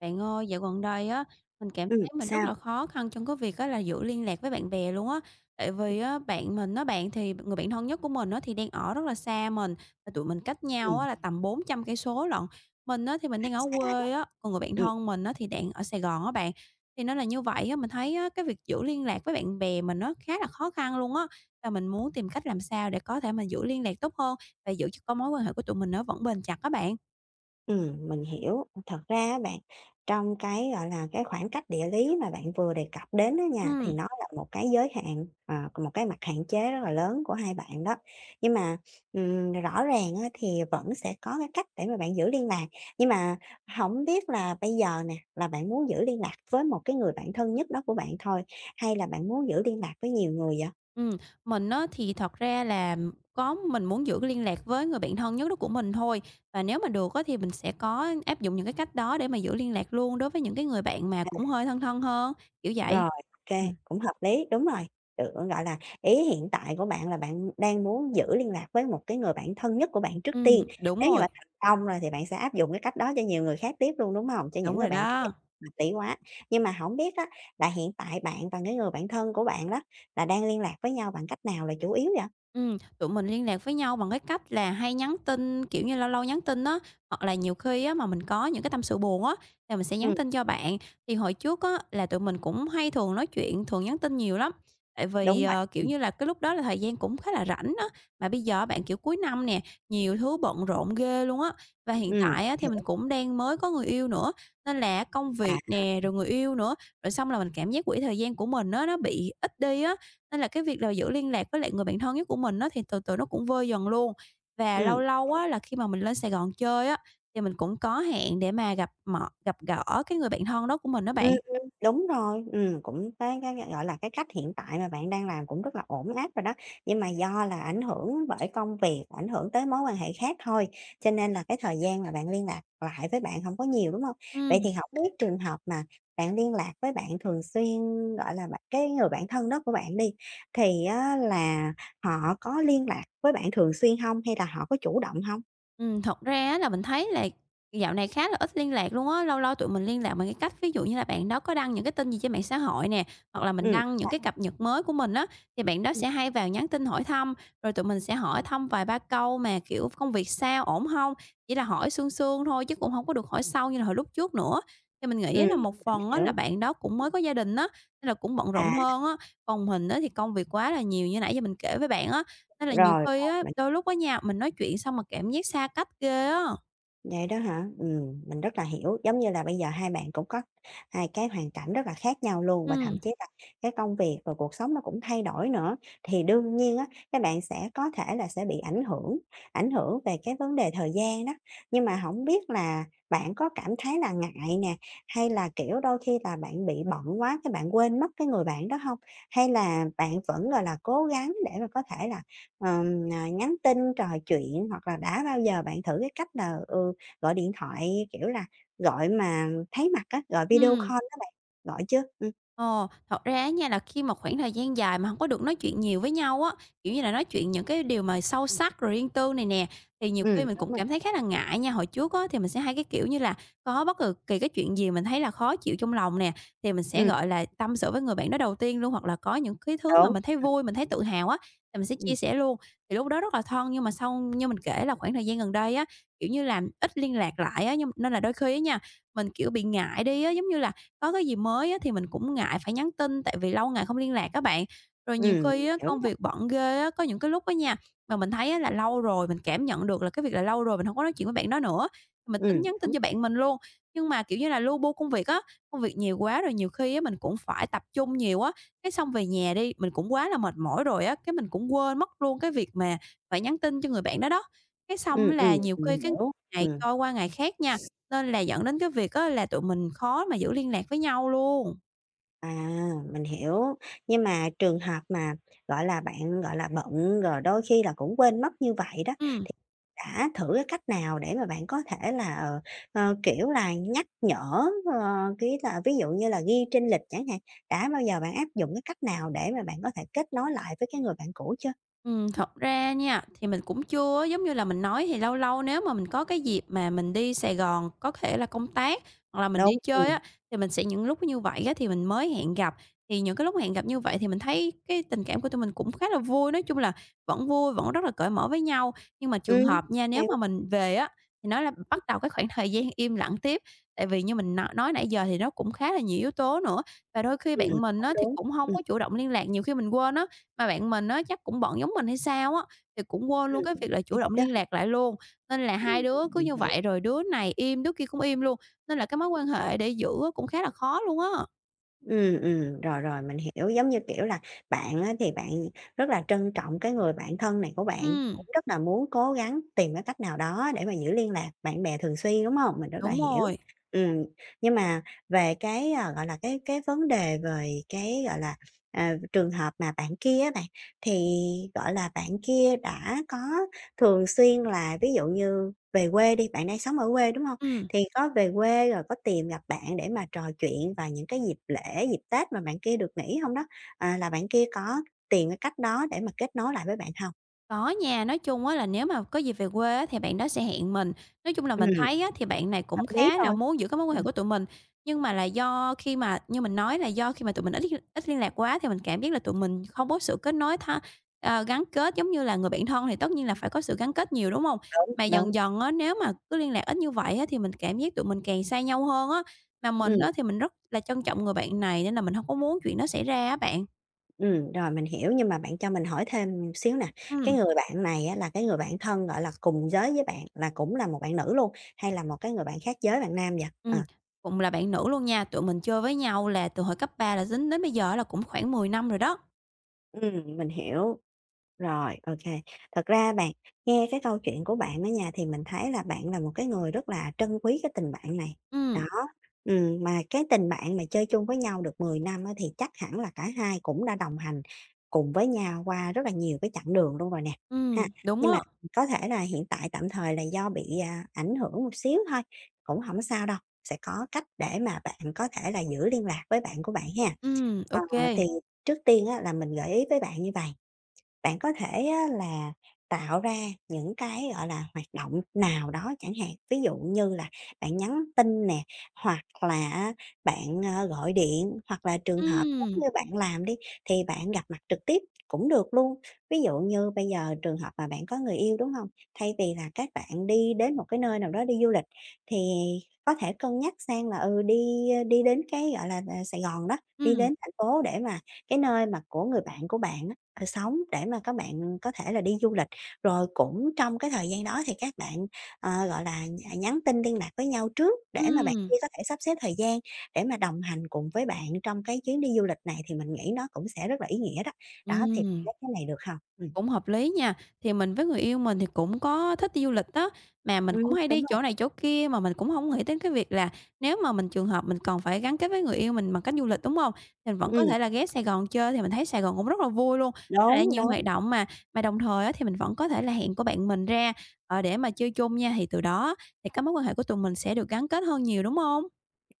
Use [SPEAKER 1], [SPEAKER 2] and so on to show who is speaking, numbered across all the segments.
[SPEAKER 1] Bạn ơi, dạo gần đây á, mình cảm thấy mình rất
[SPEAKER 2] Sao?
[SPEAKER 1] là khó khăn trong cái việc á là giữ liên lạc với bạn bè luôn á. Tại vì á, bạn mình á bạn thì người bạn thân nhất của mình á thì đang ở rất là xa mình, và tụi mình cách nhau
[SPEAKER 2] Ừm,
[SPEAKER 1] á là tầm 400 cây số lận. Mình á thì mình
[SPEAKER 2] làm
[SPEAKER 1] đang ở
[SPEAKER 2] xa đó.
[SPEAKER 1] quê á, còn người bạn
[SPEAKER 2] Ừm,
[SPEAKER 1] thân mình á thì đang ở Sài Gòn á bạn. Thì nó là như vậy á, mình thấy á, cái việc giữ liên lạc với bạn bè mình nó khá là khó khăn luôn á. Và mình muốn tìm cách làm sao để có thể mình giữ liên lạc tốt hơn và giữ cho có mối quan hệ của tụi mình nó vẫn bền chặt các bạn.
[SPEAKER 2] mình hiểu. Thật ra á bạn, trong cái, gọi là, cái khoảng cách địa lý mà bạn vừa đề cập đến á nha, thì
[SPEAKER 1] Ừ.
[SPEAKER 2] nó là một cái giới hạn, một cái mặt hạn chế rất là lớn của hai bạn đó. Nhưng mà, rõ ràng á thì vẫn sẽ có cái cách để mà bạn giữ liên lạc, nhưng mà hổng biết là bây giờ nè, là bạn muốn giữ liên lạc với một cái người bạn thân nhất đó của bạn thôi, hay là bạn muốn giữ liên lạc với nhiều người vậy?
[SPEAKER 1] Ừm, mình á thì thật ra là có mình muốn giữ cái liên lạc với người bạn thân nhất đó của mình thôi, và nếu mà được á thì mình sẽ có áp dụng những cái cách đó để mà giữ liên lạc luôn đối với những cái người bạn mà cũng hơi thân thân hơn, kiểu vậy.
[SPEAKER 2] Rồi, OK,
[SPEAKER 1] Ừm,
[SPEAKER 2] cũng hợp lý, đúng rồi. Được, gọi là, ý hiện tại của bạn là bạn đang muốn giữ liên lạc với một cái người bạn thân nhất của bạn trước
[SPEAKER 1] ừm,
[SPEAKER 2] tiên.
[SPEAKER 1] đúng
[SPEAKER 2] Nếu như mà
[SPEAKER 1] rồi,
[SPEAKER 2] thành công rồi thì bạn sẽ áp dụng cái cách đó cho nhiều người khác tiếp luôn, đúng không? Cho những
[SPEAKER 1] đúng
[SPEAKER 2] người
[SPEAKER 1] rồi
[SPEAKER 2] bạn kia,
[SPEAKER 1] đó.
[SPEAKER 2] hợp lý quá. Nhưng mà không biết á, là hiện tại bạn và cái người bạn thân của bạn đó, là đang liên lạc với nhau bằng cách nào là chủ yếu vậy?
[SPEAKER 1] Tụi mình liên lạc với nhau bằng cái cách là hay nhắn tin, kiểu như, lâu lâu nhắn tin á, hoặc là nhiều khi á mà mình có những cái tâm sự buồn á, thì mình sẽ
[SPEAKER 2] Ừm,
[SPEAKER 1] nhắn tin cho bạn. Thì hồi trước á là tụi mình cũng hay thường nói chuyện, thường nhắn tin nhiều lắm, tại vì,
[SPEAKER 2] đúng rồi,
[SPEAKER 1] kiểu như là, cái lúc đó là thời gian cũng khá là rảnh á. Mà bây giờ bạn, kiểu, cuối năm nè, nhiều thứ bận rộn ghê luôn á. Và hiện
[SPEAKER 2] ừm,
[SPEAKER 1] tại á thì mình
[SPEAKER 2] hiểu,
[SPEAKER 1] cũng đang mới có người yêu nữa, nên là công
[SPEAKER 2] à,
[SPEAKER 1] việc nè, rồi người yêu nữa, rồi xong là mình cảm giác quỹ thời gian của mình á nó bị ít đi á. Nên là cái việc là giữ liên lạc với lại người bạn thân nhất của mình á, thì từ từ nó cũng vơi dần luôn. Và lâu
[SPEAKER 2] ừm.
[SPEAKER 1] lâu á, là khi mà mình lên Sài Gòn chơi á, thì mình cũng có hẹn để mà gặp gỡ cái người bạn thân đó của mình đó bạn.
[SPEAKER 2] Đúng rồi, cũng cái, cái gọi là, cái cách hiện tại mà bạn đang làm cũng rất là ổn áp rồi đó, nhưng mà do là ảnh hưởng bởi công việc, ảnh hưởng tới mối quan hệ khác thôi, cho nên là cái thời gian mà bạn liên lạc lại với bạn không có nhiều, đúng không? Vậy
[SPEAKER 1] Ừm.
[SPEAKER 2] thì hổng biết trường hợp mà bạn liên lạc với bạn thường xuyên, gọi là, bạn cái người bạn thân đó của bạn đi, thì á là họ có liên lạc với bạn thường xuyên không hay là họ có chủ động không?
[SPEAKER 1] Thật ra á là mình thấy là dạo này khá là ít liên lạc luôn á, lâu lâu tụi mình liên lạc bằng cái cách ví dụ như là bạn đó có đăng những cái tin gì trên mạng xã hội nè, hoặc là mình
[SPEAKER 2] Ừm.
[SPEAKER 1] đăng những cái cập nhật mới của mình á, thì bạn đó
[SPEAKER 2] Ừm.
[SPEAKER 1] sẽ hay vào nhắn tin hỏi thăm, rồi tụi mình sẽ hỏi thăm vài ba câu mà, kiểu, "Công việc sao, ổn không?" Chỉ là hỏi sương sương thôi chứ cũng không có được hỏi sâu như là hồi lúc trước nữa. Thì mình nghĩ
[SPEAKER 2] Ừm,
[SPEAKER 1] là một
[SPEAKER 2] mình
[SPEAKER 1] phần á
[SPEAKER 2] hiểu.
[SPEAKER 1] là bạn đó cũng mới có gia đình á, nên là cũng bận rộn
[SPEAKER 2] À,
[SPEAKER 1] hơn á, còn mình á thì công việc quá là nhiều như nãy giờ mình kể với bạn á, nên là nhiều
[SPEAKER 2] rồi,
[SPEAKER 1] khi
[SPEAKER 2] rồi,
[SPEAKER 1] á, đôi lúc ở nhà mình nói chuyện xong mà cảm giác xa cách ghê á.
[SPEAKER 2] vậy đó hả? Mình rất là hiểu, giống như là bây giờ hai bạn cũng có hai cái hoàn cảnh rất là khác nhau luôn và thậm
[SPEAKER 1] Ừm,
[SPEAKER 2] chí là cái công việc và cuộc sống nó cũng thay đổi nữa. Thì đương nhiên á, các bạn sẽ có thể là sẽ bị ảnh hưởng về cái vấn đề thời gian đó. Nhưng mà không biết là bạn có cảm thấy là ngại nè, hay là, kiểu, đôi khi là bạn bị bận quá cái bạn quên mất cái người bạn đó không? Hay là bạn vẫn, gọi là, cố gắng để mà có thể là, à, nhắn tin, trò chuyện hoặc là đã bao giờ bạn thử cái cách là, ừ, gọi điện thoại, kiểu là, gọi mà thấy mặt á, gọi video
[SPEAKER 1] ừm.
[SPEAKER 2] call đó bạn, gọi chứ.
[SPEAKER 1] Ồ, thật ra á nha là khi mà khoảng thời gian dài mà không có được nói chuyện nhiều với nhau á, kiểu như là, nói chuyện những cái điều mà sâu sắc rồi riêng tư này nè, thì nhiều khi mình
[SPEAKER 2] Đúng
[SPEAKER 1] cũng
[SPEAKER 2] rồi,
[SPEAKER 1] cảm thấy khá là ngại nha. Hồi trước á thì mình sẽ hay, cái kiểu như là, có bất cứ kỳ cái chuyện gì mình thấy là khó chịu trong lòng nè, thì mình sẽ,
[SPEAKER 2] đúng,
[SPEAKER 1] gọi là, tâm sự với người bạn đó đầu tiên luôn, hoặc là có những cái thứ mà mình thấy vui, mình thấy tự hào á, thì mình sẽ
[SPEAKER 2] ừm,
[SPEAKER 1] chia sẻ luôn. Thì lúc đó rất là thân, nhưng mà sau như mình kể là khoảng thời gian gần đây á, kiểu như là, ít liên lạc lại á, nhưng nên là đôi khi á nha, mình, kiểu, bị ngại đi á, giống như là có cái gì mới á thì mình cũng ngại phải nhắn tin, tại vì lâu ngày không liên lạc á bạn. Rồi nhiều
[SPEAKER 2] mình
[SPEAKER 1] khi á,
[SPEAKER 2] hiểu
[SPEAKER 1] công
[SPEAKER 2] rồi,
[SPEAKER 1] việc bận ghê á, có những cái lúc á nha, mà mình thấy á là lâu rồi, mình cảm nhận được là cái việc là lâu rồi mình không có nói chuyện với bạn đó nữa, mình tính nhắn tin
[SPEAKER 2] đúng,
[SPEAKER 1] cho bạn mình luôn. Nhưng mà, kiểu như là, lu bu công việc á, công việc nhiều quá rồi nhiều khi á mình cũng phải tập trung nhiều á, cái xong về nhà đi, mình cũng quá là mệt mỏi rồi á, cái mình cũng quên mất luôn cái việc mà phải nhắn tin cho người bạn đó đó. Cái xong là nhiều khi
[SPEAKER 2] mình
[SPEAKER 1] cái
[SPEAKER 2] hiểu,
[SPEAKER 1] ngày
[SPEAKER 2] ừm.
[SPEAKER 1] trôi qua ngày khác nha, nên là dẫn đến cái việc á là tụi mình khó mà giữ liên lạc với nhau luôn.
[SPEAKER 2] À, mình hiểu, nhưng mà trường hợp mà, gọi là, bạn, gọi là, bận rồi đôi khi là cũng quên mất như vậy đó,
[SPEAKER 1] Ừm.
[SPEAKER 2] đã thử cái cách nào để mà bạn có thể là, kiểu là, nhắc nhở, cái là ví dụ như là ghi trên lịch chẳng hạn, đã bao giờ bạn áp dụng cái cách nào để mà bạn có thể kết nối lại với cái người bạn cũ chưa?
[SPEAKER 1] Thật ra nha, thì mình cũng chưa á, giống như là mình nói thì lâu lâu nếu mà mình có cái dịp mà mình đi Sài Gòn, có thể là công tác hoặc là mình đi
[SPEAKER 2] Đúng,
[SPEAKER 1] chơi á, thì mình sẽ những lúc như vậy á thì mình mới hẹn gặp. Thì những cái lúc hẹn gặp như vậy thì mình thấy cái tình cảm của tụi mình cũng khá là vui, nói chung là vẫn vui, vẫn rất là cởi mở với nhau. Nhưng mà trường
[SPEAKER 2] ừm,
[SPEAKER 1] hợp nha,
[SPEAKER 2] hay
[SPEAKER 1] nếu
[SPEAKER 2] quá,
[SPEAKER 1] mà mình về á, thì nó là bắt đầu cái khoảng thời gian im lặng tiếp. Tại vì như mình nói nãy giờ thì nó cũng khá là nhiều yếu tố nữa, và đôi khi bạn mình
[SPEAKER 2] cũng
[SPEAKER 1] á thì
[SPEAKER 2] đúng,
[SPEAKER 1] cũng không
[SPEAKER 2] ừm,
[SPEAKER 1] có chủ động liên lạc, nhiều khi mình quên á. Mà bạn mình á, chắc cũng bận giống mình hay sao á, thì cũng quên luôn cái
[SPEAKER 2] ừm,
[SPEAKER 1] việc là chủ
[SPEAKER 2] vậy
[SPEAKER 1] động
[SPEAKER 2] đó,
[SPEAKER 1] liên lạc lại luôn, nên là
[SPEAKER 2] ừm,
[SPEAKER 1] hai đứa cứ
[SPEAKER 2] mình
[SPEAKER 1] như
[SPEAKER 2] hiểu.
[SPEAKER 1] vậy rồi đứa này im, đứa kia cũng im luôn, nên là cái mối quan hệ để giữ á cũng khá là khó luôn á.
[SPEAKER 2] Rồi, rồi, mình hiểu. Giống như, kiểu là, bạn á thì bạn rất là trân trọng cái người bạn thân này của bạn, cũng
[SPEAKER 1] Ừm,
[SPEAKER 2] rất là muốn cố gắng tìm cái cách nào đó để mà giữ liên lạc bạn bè thường xuyên, đúng không? Mình rất là
[SPEAKER 1] đúng
[SPEAKER 2] hiểu.
[SPEAKER 1] rồi,
[SPEAKER 2] Ừm, nhưng mà về cái, à, gọi là, cái vấn đề về cái, gọi là, à, trường hợp mà bạn kia á bạn, thì, gọi là, bạn kia đã có thường xuyên là ví dụ như về quê đi, bạn đang sống ở quê, đúng không?
[SPEAKER 1] ừm.
[SPEAKER 2] Thì có về quê rồi có tìm gặp bạn để mà trò chuyện vào những cái dịp lễ, dịp Tết mà bạn kia được nghỉ hông đó? À, là bạn kia có tìm cái cách đó để mà kết nối lại với bạn hông?
[SPEAKER 1] Có nha, nói chung á là nếu mà có dịp về quê á thì bạn đó sẽ hẹn mình. Nói chung là mình
[SPEAKER 2] Ừm,
[SPEAKER 1] thấy á thì bạn này
[SPEAKER 2] hợp
[SPEAKER 1] cũng
[SPEAKER 2] lý
[SPEAKER 1] khá là
[SPEAKER 2] rồi.
[SPEAKER 1] muốn giữ cái mối quan hệ
[SPEAKER 2] Ừm,
[SPEAKER 1] của tụi mình, nhưng mà là do khi mà như mình nói là do khi mà tụi mình ít liên lạc quá thì mình cảm giác là tụi mình không có sự kết nối tha gắn kết giống như là người bạn thân thì tất nhiên là phải có sự gắn kết nhiều, đúng không?
[SPEAKER 2] đúng,
[SPEAKER 1] Mà
[SPEAKER 2] đúng,
[SPEAKER 1] dần dần á, nếu mà cứ liên lạc ít như vậy á thì mình cảm giác tụi mình càng xa nhau hơn á, mà mình
[SPEAKER 2] ừm,
[SPEAKER 1] á thì mình rất là trân trọng người bạn này nên là mình không có muốn chuyện đó xảy ra á bạn.
[SPEAKER 2] rồi mình hiểu, nhưng mà bạn cho mình hỏi thêm xíu nè, cái
[SPEAKER 1] Ừm.
[SPEAKER 2] người bạn này á là cái người bạn thân, gọi là, cùng giới với bạn, là cũng là một bạn nữ luôn, hay là một cái người bạn khác giới, bạn nam vậy? Ờ,
[SPEAKER 1] Ừm, cũng là bạn nữ luôn nha, tụi mình chơi với nhau là từ hồi cấp 3 là dính đến bây giờ là cũng khoảng 10 năm rồi đó.
[SPEAKER 2] mình hiểu. Rồi, ok. Thật ra bạn, nghe cái câu chuyện của bạn ở nhà thì mình thấy là bạn là một cái người rất là trân quý cái tình bạn này.
[SPEAKER 1] Ừm,
[SPEAKER 2] Đó, mà cái tình bạn mà chơi chung với nhau được 10 năm á, thì chắc hẳn là cả hai cũng đã đồng hành cùng với nhau qua rất là nhiều cái chặng đường luôn rồi nè, ha.
[SPEAKER 1] đúng
[SPEAKER 2] Nhưng
[SPEAKER 1] á,
[SPEAKER 2] mà có thể là hiện tại tạm thời là do bị, à, ảnh hưởng một xíu thôi, cũng không sao đâu, sẽ có cách để mà bạn có thể là giữ liên lạc với bạn của bạn ha.
[SPEAKER 1] ô
[SPEAKER 2] Ờ,
[SPEAKER 1] kê,
[SPEAKER 2] thì trước tiên á, là mình gợi ý với bạn như vậy. Bạn có thể á là tạo ra những cái, gọi là, hoạt động nào đó chẳng hạn, ví dụ như là bạn nhắn tin nè, hoặc là bạn, gọi điện, hoặc là trường hợp giống
[SPEAKER 1] ừm,
[SPEAKER 2] như bạn làm đi, thì bạn gặp mặt trực tiếp cũng được luôn. Ví dụ như bây giờ trường hợp mà bạn có người yêu, đúng không? Thay vì là các bạn đi đến một cái nơi nào đó đi du lịch, thì có thể cân nhắc sang là, ừ, đi đến cái, gọi là, Sài Gòn đó, đi
[SPEAKER 1] ừm,
[SPEAKER 2] đến thành phố để mà cái nơi mà của người bạn của bạn á. Ờ, sống để mà các bạn có thể là đi du lịch. Rồi cũng trong cái thời gian đó thì các bạn, gọi là, à, nhắn tin liên lạc với nhau trước để mà bạn
[SPEAKER 1] ừm.
[SPEAKER 2] kia có thể sắp xếp thời gian để mà đồng hành cùng với bạn trong cái chuyến đi du lịch này thì mình nghĩ nó cũng sẽ rất là ý nghĩa đó. Đó, thì bạn thấy cái này được không? Ừm.
[SPEAKER 1] Cũng hợp lý nha. Thì mình với người yêu mình thì cũng có thích đi du lịch đó, mà mình cũng hay
[SPEAKER 2] Đúng
[SPEAKER 1] đi
[SPEAKER 2] rồi.
[SPEAKER 1] chỗ này chỗ kia mà mình cũng không nghĩ đến cái việc là nếu mà mình trường hợp mình còn phải gắn kết với người yêu mình bằng cách du lịch, đúng hông? Mình vẫn có
[SPEAKER 2] Ừm,
[SPEAKER 1] thể là ghé Sài Gòn chơi thì mình thấy Sài Gòn cũng rất là vui luôn, với lại
[SPEAKER 2] đúng,
[SPEAKER 1] nhiều
[SPEAKER 2] đúng.
[SPEAKER 1] hoạt động mà. Mà đồng thời á thì mình vẫn có thể là hẹn của bạn mình ra, để mà chơi chung nha, thì từ đó thì các mối quan hệ của tụi mình sẽ được gắn kết hơn nhiều, đúng không?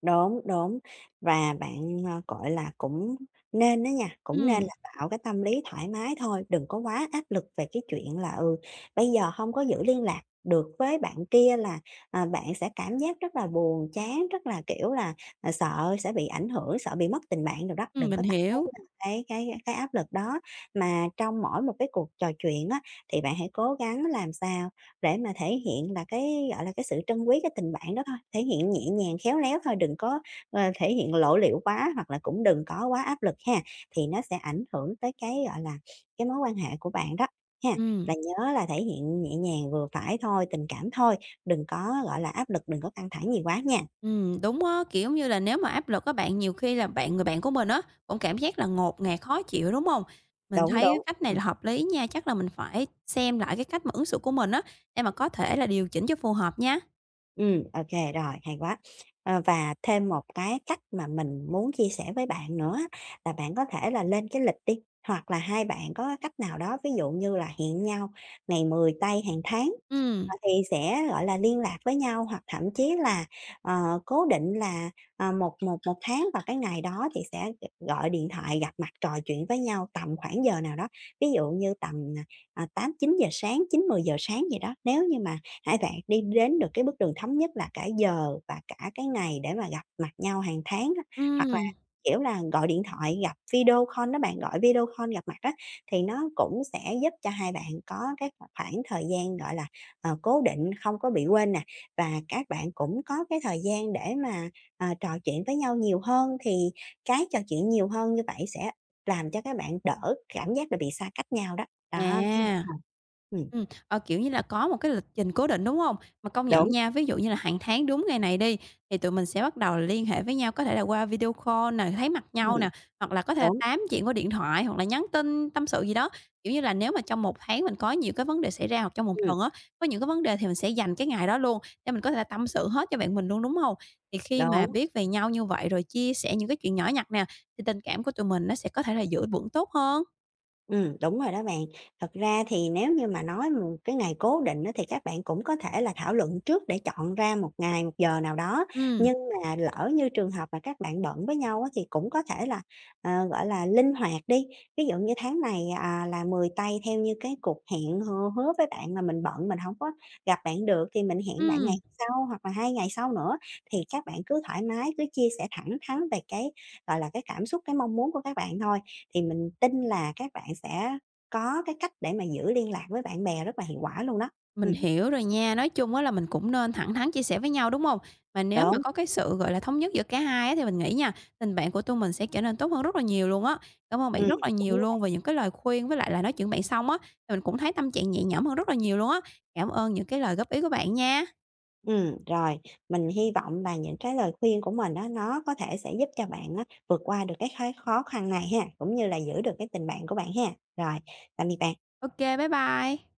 [SPEAKER 2] Đúng, đúng. Và bạn, gọi là, cũng nên đó nha, cũng nên
[SPEAKER 1] Ừm,
[SPEAKER 2] là tạo cái tâm lý thoải mái thôi, đừng có quá áp lực về cái chuyện là, ừ, bây giờ hông có giữ liên lạc được với bạn kia là, à, bạn sẽ cảm giác rất là buồn chán, rất là, kiểu là, à, sợ sẽ bị ảnh hưởng, sợ bị mất tình bạn đồ đó, đừng có
[SPEAKER 1] mình
[SPEAKER 2] tạo cái,
[SPEAKER 1] hiểu.
[SPEAKER 2] cái áp lực đó. Mà trong mỗi một cái cuộc trò chuyện á, thì bạn hãy cố gắng làm sao để mà thể hiện là cái, gọi là, cái sự trân quý cái tình bạn đó thôi, thể hiện nhẹ nhàng, khéo léo thôi, đừng có, thể hiện lộ liễu quá hoặc là cũng đừng có quá áp lực ha, thì nó sẽ ảnh hưởng tới cái, gọi là, cái mối quan hệ của bạn đó ha.
[SPEAKER 1] Ừm.
[SPEAKER 2] Là nhớ là thể hiện nhẹ nhàng vừa phải thôi, tình cảm thôi, đừng có, gọi là, áp lực, đừng có căng thẳng gì quá nha.
[SPEAKER 1] Đúng á, kiểu như là, nếu mà áp lực á bạn, nhiều khi là bạn người bạn của mình á, cũng cảm giác là ngột ngạt, khó chịu, đúng không? Mình
[SPEAKER 2] Đúng,
[SPEAKER 1] thấy á
[SPEAKER 2] đúng.
[SPEAKER 1] cách này là hợp lý nha, chắc là mình phải xem lại cái cách mà ứng xử của mình á, để mà có thể là điều chỉnh cho phù hợp nha.
[SPEAKER 2] Ok rồi, hay quá. Ờ, và thêm một cái cách mà mình muốn chia sẻ với bạn nữa á, là bạn có thể là lên cái lịch đi, hoặc là hai bạn có cách nào đó, ví dụ như là hẹn nhau ngày 10 tây hàng tháng.
[SPEAKER 1] Ừm,
[SPEAKER 2] Ờ, thì sẽ, gọi là, liên lạc với nhau hoặc thậm chí là, cố định là, một một một tháng và cái ngày đó thì sẽ gọi điện thoại gặp mặt trò chuyện với nhau tầm khoảng giờ nào đó. Ví dụ như tầm, 8:00-9:00 sáng, chín mười giờ sáng gì đó. Nếu như mà hai bạn đi đến được cái bước đường thống nhất là cả giờ và cả cái ngày để mà gặp mặt nhau hàng tháng á, hoặc là,
[SPEAKER 1] ừm,
[SPEAKER 2] kiểu là, gọi điện thoại gặp video call đó bạn, gọi video call gặp mặt đó thì nó cũng sẽ giúp cho hai bạn có cái khoảng thời gian, gọi là, cố định, không có bị quên nè, và các bạn cũng có cái thời gian để mà, trò chuyện với nhau nhiều hơn, thì cái trò chuyện nhiều hơn như vậy sẽ làm cho các bạn đỡ cảm giác là bị xa cách nhau đó. Đó, thấy được
[SPEAKER 1] à.
[SPEAKER 2] hông? Ừm,
[SPEAKER 1] Ờ, kiểu như là, có một cái lịch trình cố định, đúng hông? Mà công nhận
[SPEAKER 2] đúng,
[SPEAKER 1] nha, ví dụ như là hàng tháng đúng ngày này đi, thì tụi mình sẽ bắt đầu liên hệ với nhau, có thể là qua video call nè, thấy mặt nhau
[SPEAKER 2] ừm,
[SPEAKER 1] nè, hoặc là có thể là
[SPEAKER 2] đúng,
[SPEAKER 1] tám chuyện qua điện thoại, hoặc là nhắn tin tâm sự gì đó. Kiểu như là, nếu mà trong một tháng mình có nhiều cái vấn đề xảy ra, hoặc trong một
[SPEAKER 2] ừm,
[SPEAKER 1] tuần á, có những cái vấn đề thì mình sẽ dành cái ngày đó luôn để mình có thể là tâm sự hết cho bạn mình luôn, đúng hông? Thì khi mà
[SPEAKER 2] đúng.
[SPEAKER 1] biết về nhau như vậy rồi chia sẻ những cái chuyện nhỏ nhặt nè, thì tình cảm của tụi mình nó sẽ có thể là giữ vững tốt hơn.
[SPEAKER 2] Đúng rồi đó bạn. Thật ra thì nếu như mà nói một cái ngày cố định đó thì các bạn cũng có thể là thảo luận trước để chọn ra một ngày, một giờ nào đó.
[SPEAKER 1] Ừm,
[SPEAKER 2] Nhưng mà lỡ như trường hợp mà các bạn bận với nhau á, thì cũng có thể là, gọi là, linh hoạt đi. Ví dụ như tháng này, à, là 10 tây theo như cái cuộc hẹn hò hứa với bạn là mình bận, mình không có gặp bạn được thì mình hẹn bạn ngày
[SPEAKER 1] ừm.
[SPEAKER 2] sau hoặc là 2 ngày sau nữa. Thì các bạn cứ thoải mái, cứ chia sẻ thẳng thắn về cái gọi là, cái cảm xúc, cái mong muốn của các bạn thôi, thì mình tin là các bạn sẽ có cái cách để mà giữ liên lạc với bạn bè rất là hiệu quả luôn đó.
[SPEAKER 1] Mình
[SPEAKER 2] Ừm,
[SPEAKER 1] hiểu rồi nha, nói chung á là mình cũng nên thẳng thắn chia sẻ với nhau, đúng không? Mà nếu mà
[SPEAKER 2] đúng,
[SPEAKER 1] có cái sự, gọi là, thống nhất giữa cả hai á thì mình nghĩ nha, tình bạn của tụi mình sẽ trở nên tốt hơn rất là nhiều luôn á. Cảm ơn bạn
[SPEAKER 2] ừm,
[SPEAKER 1] rất là
[SPEAKER 2] đúng
[SPEAKER 1] nhiều
[SPEAKER 2] như vậy.
[SPEAKER 1] luôn về những cái lời khuyên với lại là nói chuyện bạn xong á, thì mình cũng thấy tâm trạng nhẹ nhõm hơn rất là nhiều luôn á. Cảm ơn những cái lời góp ý của bạn nha.
[SPEAKER 2] Rồi, mình hy vọng là những cái lời khuyên của mình đó nó có thể sẽ giúp cho bạn á, vượt qua được cái khái khó khăn này ha, cũng như là giữ được cái tình bạn của bạn ha. Rồi, tạm biệt bạn.
[SPEAKER 1] OK, bye bye.